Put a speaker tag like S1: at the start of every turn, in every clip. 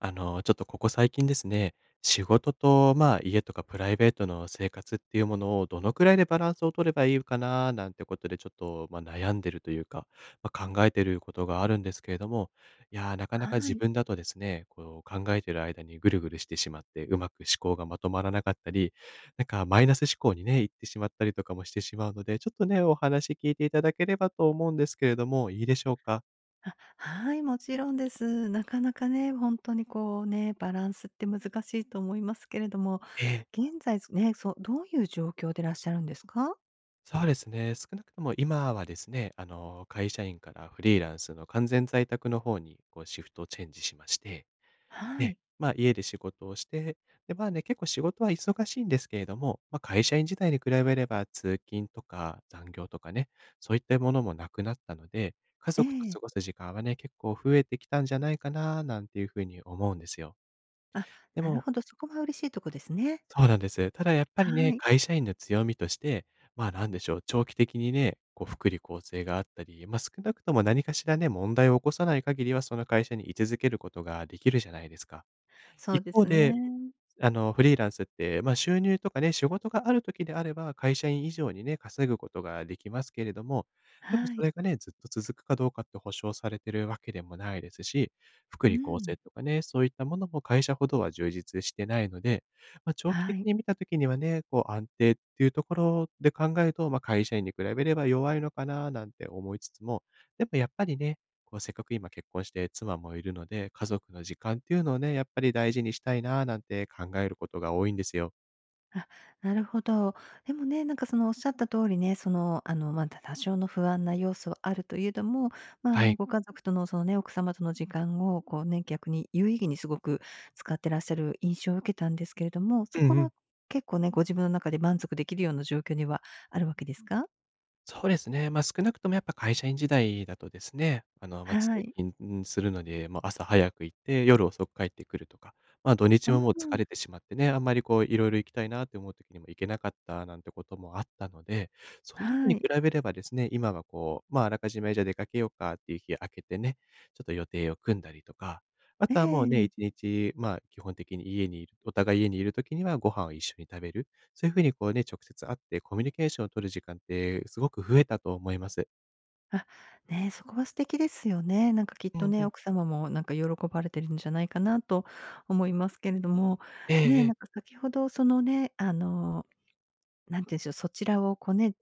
S1: ちょっとここ最近ですね、仕事と、家とかプライベートの生活っていうものをどのくらいでバランスを取ればいいかななんてことでちょっと、悩んでるというか、まあ、考えてることがあるんですけれども、いやー、なかなか
S2: は
S1: 自
S2: い。
S1: 分だとですね、こう考えてる間にぐるぐるしてしまって、うまく思考がまとまらなかったり、なんかマイナス思考にね、行ってしまったりとかもしてしまうので、ちょっとね、お話聞いていただければと思うんですけれども、いいでしょうか？
S2: あ、はい、もちろんです。なかなかね、本当にこうね、バランスって難しいと思いますけれども、
S1: ええ。
S2: 現在すね、そう、どういう状況でいらっしゃるんですか？
S1: そうですね。少なくとも今はですね、会社員からフリーランスの完全在宅の方に、こう、シフトチェンジしまして、
S2: は
S1: で、
S2: い。
S1: まあ、家で仕事をして、で、まあね、結構仕事は忙しいんですけれども、まあ、会社員時代に比べれば通勤とか残業とかね、そういったものもなくなったので、家
S2: え
S1: 族と過
S2: え。
S1: ごす時間はね、結構増えてきたんじゃないかな、なんていうふうに思うんですよ。
S2: あ、
S1: で
S2: なる
S1: も、
S2: ほど、そこが嬉しいとこですね。
S1: そうなんです。ただやっぱりね、
S2: はい。
S1: 会社員の強みとして、まあ、なんでしょう、長期的にね、こう福利厚生があったり、ま、少なくとも何かしらね、問題を起こさない限りは、その会社に居続けることができるじゃないですか。
S2: そう
S1: 一
S2: で
S1: 方
S2: す
S1: で、
S2: ね。
S1: フリーランスって、まあ、収入とかね、仕事がある時であれば、会社員以上にね、稼ぐことができますけれども、でも
S2: は
S1: そ
S2: い。
S1: れがね、ずっと続くかどうかって保証されてるわけでもないですし、福
S2: う
S1: 利厚生
S2: ん。
S1: とかね、そういったものも会社ほどは充実してないので、まあ、長期
S2: は
S1: 的
S2: い。
S1: に見た時にはね、こう安定っていうところで考えると、まあ、会社員に比べれば弱いのかななんて思いつつも、でもやっぱりね、こうせっかく今結婚して妻もいるので、家族の時間っていうのをね、やっぱり大事にしたいななんて考えることが多いんですよ。
S2: あ、なるほど。でもね、なんかそのおっしゃった通りね、まあ、多少の不安な要素はあるというのも、まあ
S1: は
S2: ね、
S1: い。
S2: ご家族とのそのね、奥様との時間をこうね、逆に有意義にすごく使ってらっしゃる印象を受けたんですけれども、
S1: う
S2: そ
S1: ん
S2: こ
S1: う
S2: は
S1: ん。
S2: 結構ね、ご自分の中で満足できるような状況にはあるわけですか？
S1: そうですね。まあ、少なくともやっぱ会社員時代だとですね、あの、まあ、通
S2: はい。
S1: 勤するので、もう朝早く行って、夜遅く帰ってくるとか、まあ、土
S2: う
S1: 日ももう疲
S2: ん。
S1: れてしまってね、あんまりこういろいろ行きたいなって思う時にも行けなかったなんてこともあったので、その時に
S2: はい。
S1: 比べればですね、今はこう、まあ、あらかじめじゃあ出かけようかっていう日開けてね、ちょっと予定を組んだりとか、あ
S2: え
S1: とはもうね、1
S2: え。
S1: 日、まあ、基本的に家にいるお互い家にいる時にはご飯を一緒に食べる。そういうふうにこうね、直接会ってコミュニケーションを取る時間ってすごく増えたと思います。
S2: あ、ね、そこは素敵ですよね。なんかきっ
S1: う
S2: と
S1: んう
S2: ね、
S1: ん。
S2: 奥様もなんか喜ばれてるんじゃないかなと思いますけれども、
S1: ええ
S2: ね、
S1: え
S2: なん
S1: え。
S2: か先ほどそのね、なんて言うんでしょう、そちらをこうね、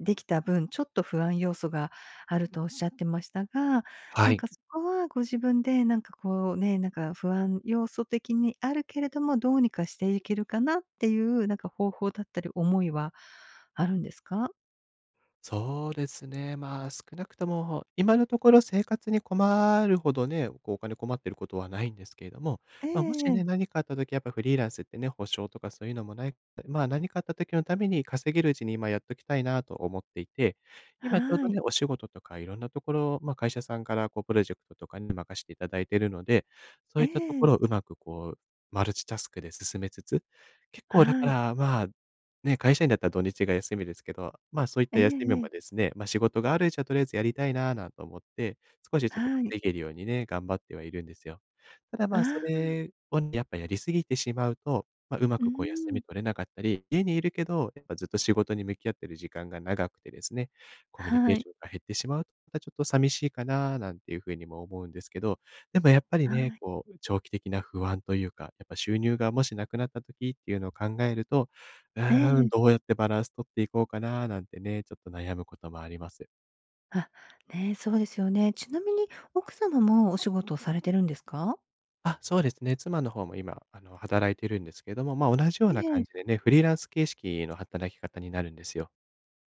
S2: できた分、ちょっと不安要素があるとおっしゃってましたが、
S1: は
S2: なん
S1: い。
S2: かそこはご自分でなんかこうね、なんか不安要素的にあるけれども、どうにかしていけるかなっていうなんか方法だったり思いはあるんですか？
S1: そうですね。まあ、少なくとも、今のところ生活に困るほどね、こうお金困ってることはないんですけれども、
S2: え
S1: まあ、もしね、
S2: え。
S1: 何かあった時やっぱフリーランスってね、保証とかそういうのもない、まあ、何かあった時のために稼げるうちに今やっときたいなと思っていて、今ちょう
S2: は
S1: どね、
S2: い。
S1: お仕事とかいろんなところ、まあ、会社さんからこうプロジェクトとかに任していただいているので、そう
S2: え
S1: いったところ
S2: え、
S1: をうまくこうマルチタスクで進めつつ、結構だか
S2: はい。
S1: ら、まあ、ね、会社員だったら土日が休みですけど、まあ、そういっ
S2: え
S1: た
S2: え
S1: 休み
S2: え
S1: もで
S2: え、
S1: すね、ま、仕事があるうちはとりあえずやりたいなぁなんて思って、少しちょっと
S2: はい。
S1: 稼げるようにね、頑張ってはいるんですよ。ただ、ま
S2: あ
S1: あ、そ
S2: あ、
S1: れをね、やっぱやりすぎてしまうと、まあ、うま
S2: うー
S1: くこう休み
S2: ん、
S1: 取れなかったり、家にいるけど、やっぱずっと仕事に向き合ってる時間が長くてですね、コミュニケー
S2: は
S1: シ
S2: い。
S1: ョンが減ってしまうと、またちょっと寂しいかなぁなんていうふうにも思うんですけど、でもやっぱりね、
S2: あ、
S1: こう長期的な不安というか、やっぱ収入がもしなくなった時っていうのを考えると、う
S2: え
S1: ーん、
S2: え。
S1: どうやってバランス取っていこうかななんてね、ちょっと悩むこともあります。
S2: あ、ね、そうですよね。ちなみに奥様もお仕事をされてるんですか？
S1: あ、そうですね、妻の方も今、働いてるんですけれども、まあ、同じよう
S2: え
S1: な感
S2: え。
S1: じでね、フリーランス形式の働き方になるんですよ。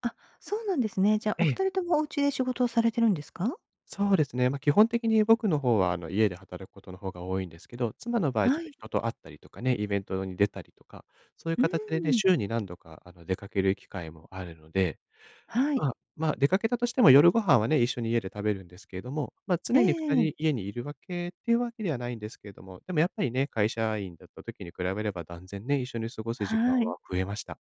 S2: あ、そうなんですね。じゃあ、
S1: え
S2: お
S1: え、
S2: 二人ともお家で仕事をされてるんですか？
S1: そうですね、まあ、基本的に僕の方は、家で働くことの方が多いんですけど、妻の場合ちょっ
S2: は
S1: と
S2: い。
S1: 人と会ったりとかね、イベントに出たりとか、そういう
S2: うー
S1: 形でね、週
S2: ん。
S1: に何度か、出かける機会もあるので、
S2: は
S1: ま
S2: い。
S1: あ、まあ、出かけたとしても夜ご飯はね、一緒に家で食べるんですけれども、まあ、
S2: え
S1: 常に2
S2: え。
S1: 人家にいるわけっていうわけではないんですけれども、でもやっぱりね、会社員だった時に比べれば断然ね、一緒に過ごす時間
S2: はい。
S1: は増えました。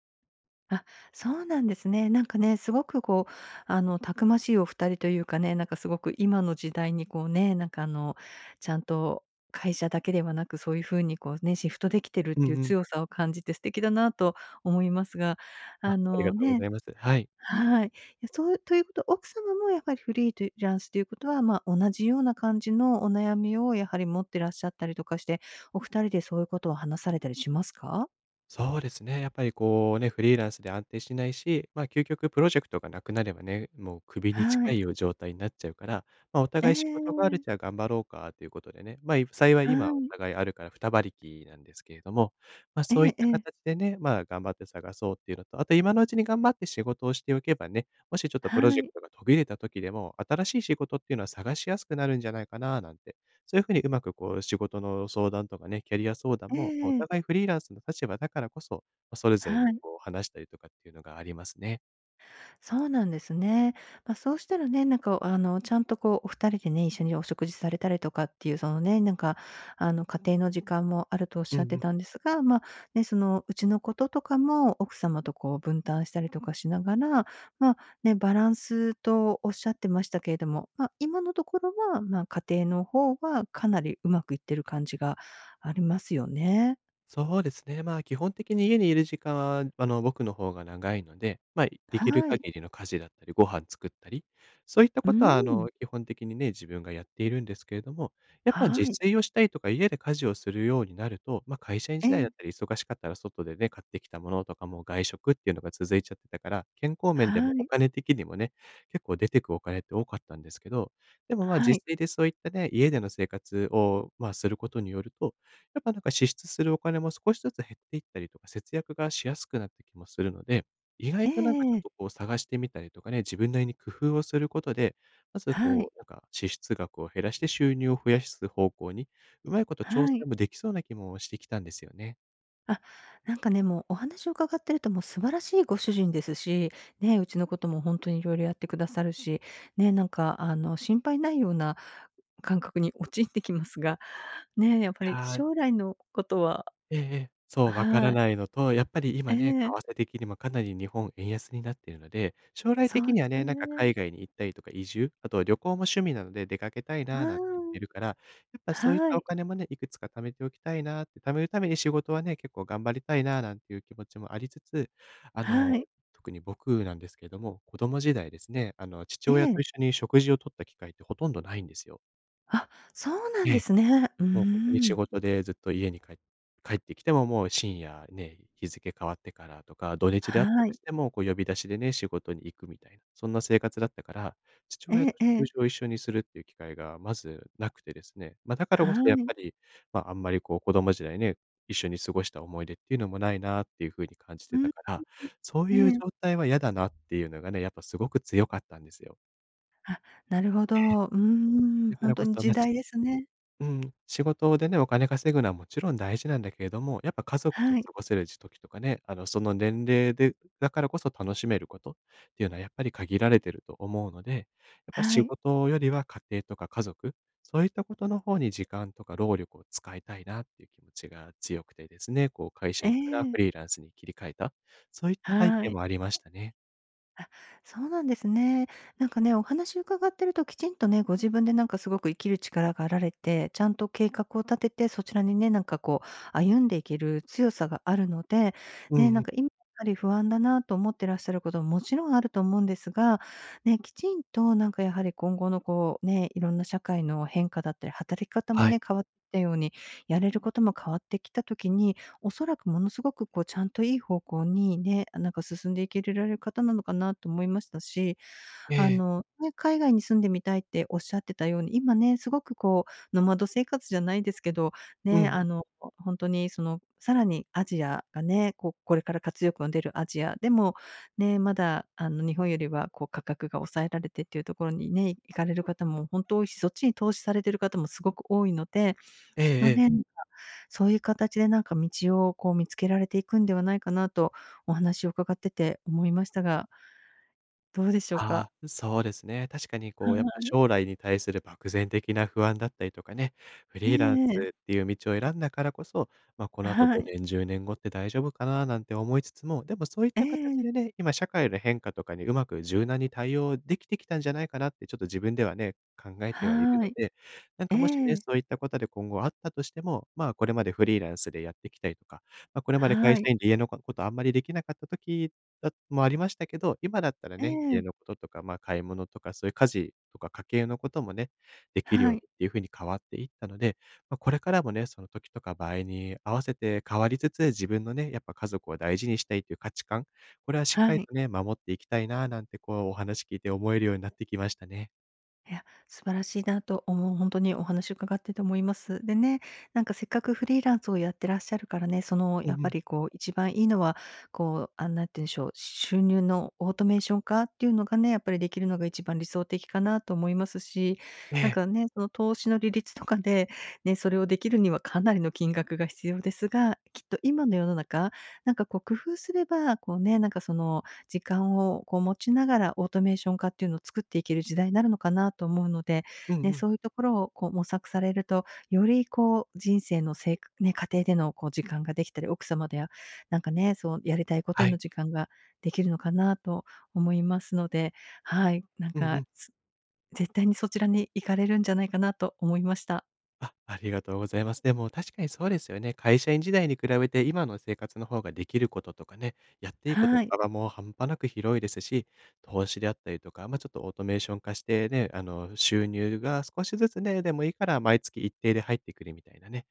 S2: あ、そうなんですね。なんかね、すごくこう、たくましいお二人というかね、なんかすごく今の時代にこうね、なんかちゃんと会社だけではなく、そういう風にこうね、シフトできてるっ
S1: う
S2: てい
S1: ん
S2: う
S1: うん。
S2: 強さを感じて素敵だなと思いますが、
S1: あ、ありがとうござ
S2: ね、
S1: います。はい。
S2: はい。いや、そうということ奥様もやはりフリーランスということは、ま、同じような感じのお悩みをやはり持ってらっしゃったりとかして、お二人でそういうことを話されたりしますか？
S1: そうですね。やっぱりこうね、フリーランスで安定しないし、まあ、究極プロジェクトがなくなればね、もう首に
S2: は
S1: 近
S2: い。
S1: いよう状態になっちゃうから、まあ、お
S2: え
S1: 互い仕事がある
S2: え。
S1: じゃあ頑張ろうかということでね、まあ、い幸い
S2: は
S1: 今お
S2: い。
S1: 互いあるから二馬力なんですけれども、まあ、
S2: え
S1: そういっ
S2: ええ
S1: た
S2: え、
S1: 形でね、まあ、頑張って探そうっていうのと、あと今のうちに頑張って仕事をしておけばね、もしちょっとプロ
S2: は
S1: ジェク
S2: い。
S1: トが途切れた時でも、新しい仕事っていうのは探しやすくなるんじゃないかななんて、そういう風にうまくこう仕事の相談とかね、キャリア相談
S2: ええ
S1: も、ま、お
S2: ええ、
S1: 互いフリーランスの立場だからこそ、ま、それぞれに
S2: はい。
S1: こう話したりとかっていうのがありますね。
S2: そうなんですね。まあ、そうしたらね、なんか、ちゃんとこう、お二人でね、一緒にお食事されたりとかっていう、そのね、なんか、家庭の時間もあるとおっ
S1: う
S2: し
S1: ん
S2: ゃっ
S1: う
S2: て
S1: ん。
S2: たんですが、ま、ね、その、ちのこととかも奥様とこう分担したりとかしながら、ま、ね、バランスとおっしゃってましたけれども、まあ、今のところは、まあ、家庭の方はかなりうまくいってる感じがありますよね。
S1: そうですね。まあ、基本的に家にいる時間は、僕の方が長いので、まあ、できる
S2: はい。
S1: 限りの家事だったり、ご飯作ったり、そういった
S2: う
S1: ことは、
S2: ん。
S1: 基本的にね、自分がやっているんですけれども、やっぱ自
S2: はい。
S1: 炊をしたりとか、家で家事をするようになると、まあ、会社員
S2: え
S1: 時代だっ
S2: え、
S1: たり、忙しかったら外でね、買ってきたものとかも外食っていうのが続いちゃってたから、健康面で
S2: は
S1: もお
S2: い、
S1: 金的にもね、結構出てくお金って多かったんですけど、でもまあ、自
S2: はい。
S1: 炊でそういったね、家での生活を、まあ、することによると、やっぱなんか支出するお金も少しずつ減っていったりとか、節約がしやすくなった気もするので、意外
S2: ええ
S1: となんかちょ
S2: え
S1: っ
S2: え、
S1: とこう探してみたりとかね、自分なりに工夫をすることで、まず
S2: は
S1: こ
S2: い、
S1: う、なんか支出額を減らして収入を増やす方向に、うまいこと調
S2: は
S1: 整
S2: い。
S1: もできそうな気もしてきたんですよね。
S2: あ、なんかね、もうお話を伺ってるともう素晴らしいご主人ですし、ね、うちのこともほんとに色々やってくださるし、ね、なんか心配ないような感覚に陥ってきますが、ね、やっぱ
S1: い
S2: り
S1: やー
S2: 将来のことは、
S1: ええええ、そう、わから
S2: はい、
S1: ないのと、やっぱり今
S2: え
S1: ね、為
S2: え、
S1: 替的にもかなり日本円安になっているので、将来
S2: そ
S1: 的
S2: う
S1: に
S2: で
S1: は
S2: す
S1: ね、なんか
S2: ね。
S1: 海外に行ったりとか移住、あと旅行も趣味なので出かけたいななんて言っ
S2: う
S1: て
S2: ー
S1: るから、やっぱそういっ
S2: は
S1: たお
S2: い、
S1: 金もね、いくつか貯めておきたいなって、貯めるために仕事はね、結構頑張りたいななんていう気持ちもありつつ、あの、
S2: はい、
S1: 特に僕なんですけれども、子供時代ですね、父
S2: え
S1: 親と
S2: え。
S1: 一緒に食事をとった機会ってほとんどないんですよ。
S2: あ、そうな
S1: え
S2: んで
S1: え。
S2: すね。う
S1: もうほんとに
S2: ー
S1: 仕
S2: ん。
S1: 事でずっと家に帰ってきてももう深夜ね、日付変わってからとか、土日であった
S2: は
S1: とし
S2: い。
S1: ても、こう呼び出しでね、仕事に行くみたいな、そんな生活だったから、父
S2: え
S1: 親と
S2: ええ
S1: 食
S2: え、
S1: 事を一緒にするっていう機会がまずなくてですね、ま、だから
S2: は
S1: こそやっぱ
S2: い。
S1: り、ま、あんまりこう子供時代ね、一緒に過ごした思い出っていうのもないなっていう風に感じて
S2: う
S1: た
S2: ん。
S1: から、そう
S2: え
S1: いう
S2: え。
S1: 状態は嫌だなっていうのがね、やっぱすごく強かったんですよ。
S2: あ、なるほど。うーん、
S1: だか
S2: ほん
S1: らこ
S2: とに
S1: そ、ま
S2: 時代ですね。
S1: うん、仕事でね、お金稼ぐのはもちろん大事なんだけれども、やっぱ家族と
S2: はい、
S1: 過ごせる時とかね、その年齢でだからこそ楽しめることっていうのはやっぱり限られてると思うので、やっぱ
S2: は
S1: 仕
S2: い。
S1: 事よりは家庭とか家族、そういったことの方に時間とか労力を使いたいなっていう気持ちが強くてですね、こう会社
S2: え
S1: 員からフ
S2: え、
S1: リーランスに切り替えた、そういった背
S2: は
S1: 景
S2: い。
S1: もありましたね。
S2: あ、そうなんですね。なんかね、お話伺ってるときちんとね、ご自分でなんかすごく生きる力があられて、ちゃんと計画を立てて、そちらにね、なんかこう歩んでいける強さがあるので、
S1: う
S2: ね、
S1: んう
S2: なん
S1: ん。
S2: か今やはり不安だなと思ってらっしゃることももちろんあると思うんですが、ね、きちんとなんかやはり今後のこうね、いろんな社会の変化だったり、働き方も
S1: はい。
S2: ね、変わってきたように、やれることも変わってきた時におそらくものすごくこうちゃんといい方向にね、なんか進んでいけられる方なのかなと思いましたし、
S1: ええ。
S2: ね、海外に住んでみたいっておっしゃってたように、今ね、すごくこう、ノマド生活じゃないですけど、
S1: うんう
S2: ね、
S1: ん。
S2: ほんとにその、さらにアジアがね、こう、これから活力の出るアジア、でも、ね、まだ日本よりはこう、価格が抑えられてっていうところにね、行かれる方もほんと多いし、そっちに投資されてる方もすごく多いので、
S1: ええ
S2: きっと
S1: ええ。
S2: ね、なんか、そういう形でなんか道をこう、見つけられていくんではないかなと、お話を伺ってて思いましたが、どうでしょうか？
S1: ああ、そうですね。確かにこ
S2: は
S1: うやっぱ
S2: い。
S1: 将来に対する漠然的な不安だったりとかね、フ
S2: え
S1: リ
S2: え
S1: ーラン
S2: え
S1: ス
S2: え、
S1: っていう道を選んだからこそ、まあ、この後
S2: はい。
S1: 5年、10年後って大丈夫かななんて思いつつも、でもそういっ
S2: え
S1: た形
S2: え、
S1: でね、今社会の変化とかにうまく柔軟に対応できてきたんじゃないかなってちょっと自分ではね、考えてはいる
S2: は
S1: の
S2: い。
S1: で、なん
S2: え
S1: かもしね、
S2: え、
S1: そういったことで今後あったとしても、まあ、これまでフリーランスでやってきたりとか、まあ、これまで会
S2: は
S1: 社
S2: い。
S1: 員で家のこことあんまりできなかった時だもありましたけど、今だったら
S2: え
S1: ね、家
S2: え、
S1: のこととか、まあ、買い物とか、そういう家事とか家計のこともね、できるよう
S2: は
S1: にっ
S2: い、
S1: ていう風に変わっていったので、まあ、これからもね、その時とか場合に合わせて変わりつつ、自分のね、やっぱ家族を大事にしたいという価値観、これはしっか
S2: は
S1: り
S2: い。
S1: とね、守っていきたいななんてこうお話聞いて思えるようになってきましたね。
S2: いや、素晴らしいなと思う、本当にお話伺ってて思います。でね、なんかせっかくフリーランスをやってらっしゃるからね、その
S1: う
S2: やっ
S1: んう
S2: ぱ
S1: ん。
S2: りこう一番いいのは、こう、なんて言うんでしょう、収入のオートメーション化っていうのがね、やっぱりできるのが一番理想的かなと思いますし、
S1: え
S2: なん
S1: え。
S2: かね、その投資の利率とかで、ね、それをできるにはかなりの金額が必要ですが、きっと今の世の中、なんかこう工夫すれば、こうね、なんかその時間をこう持ちながらオートメーション化っていうのを作っていける時代になるのかなと思うので、
S1: うん
S2: ね、
S1: うん。
S2: そういうところをこう模索されると、よりこう人生のせいね、家庭でのこう時間ができたり、奥様ではなんかね、そうやりたいことへ
S1: はい。
S2: の時間ができるのかなと思いますので、はい、なん
S1: うんう
S2: か、
S1: ん。
S2: 絶対にそちらに行かれるんじゃないかなと思いました。
S1: あ、ありがとうございます。でも確かにそうですよね。会社員時代に比べて今の生活の方ができることとかね、やっていいことの
S2: はい。
S1: 幅も半端なく広いですし、投資であったりとか、まあ、ちょっとオートメーション化してね、収入が少しずつね、でもいいから毎月一定で入ってくるみたいなね、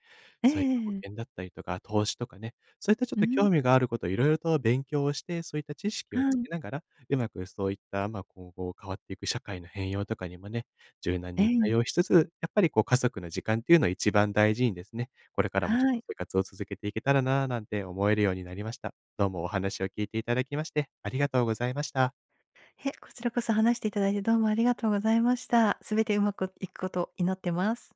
S2: え
S1: そういった保
S2: え
S1: 険
S2: ええ
S1: だったりとか、投資とかね、そういったちょっ
S2: う
S1: と
S2: ん、
S1: 興味があることをいろいろと勉強をして、そういった知識を
S2: は
S1: つ
S2: い。
S1: けながら、うまくそういった、まあ、今後変わっていく社会の変容とかにもね、柔軟
S2: え
S1: に対
S2: え、
S1: 応しつつ、やっぱりこう家族の時間っていうのを一番大事にですね、これからもちょっ
S2: は
S1: と
S2: い。
S1: 生活を続けていけたらなぁなんて思えるようになりました。どうもお話を聞いていただきまして、ありがとうございました。
S2: こちらこそ話していただいてどうもありがとうございました。すべてうまくいくことを祈ってます。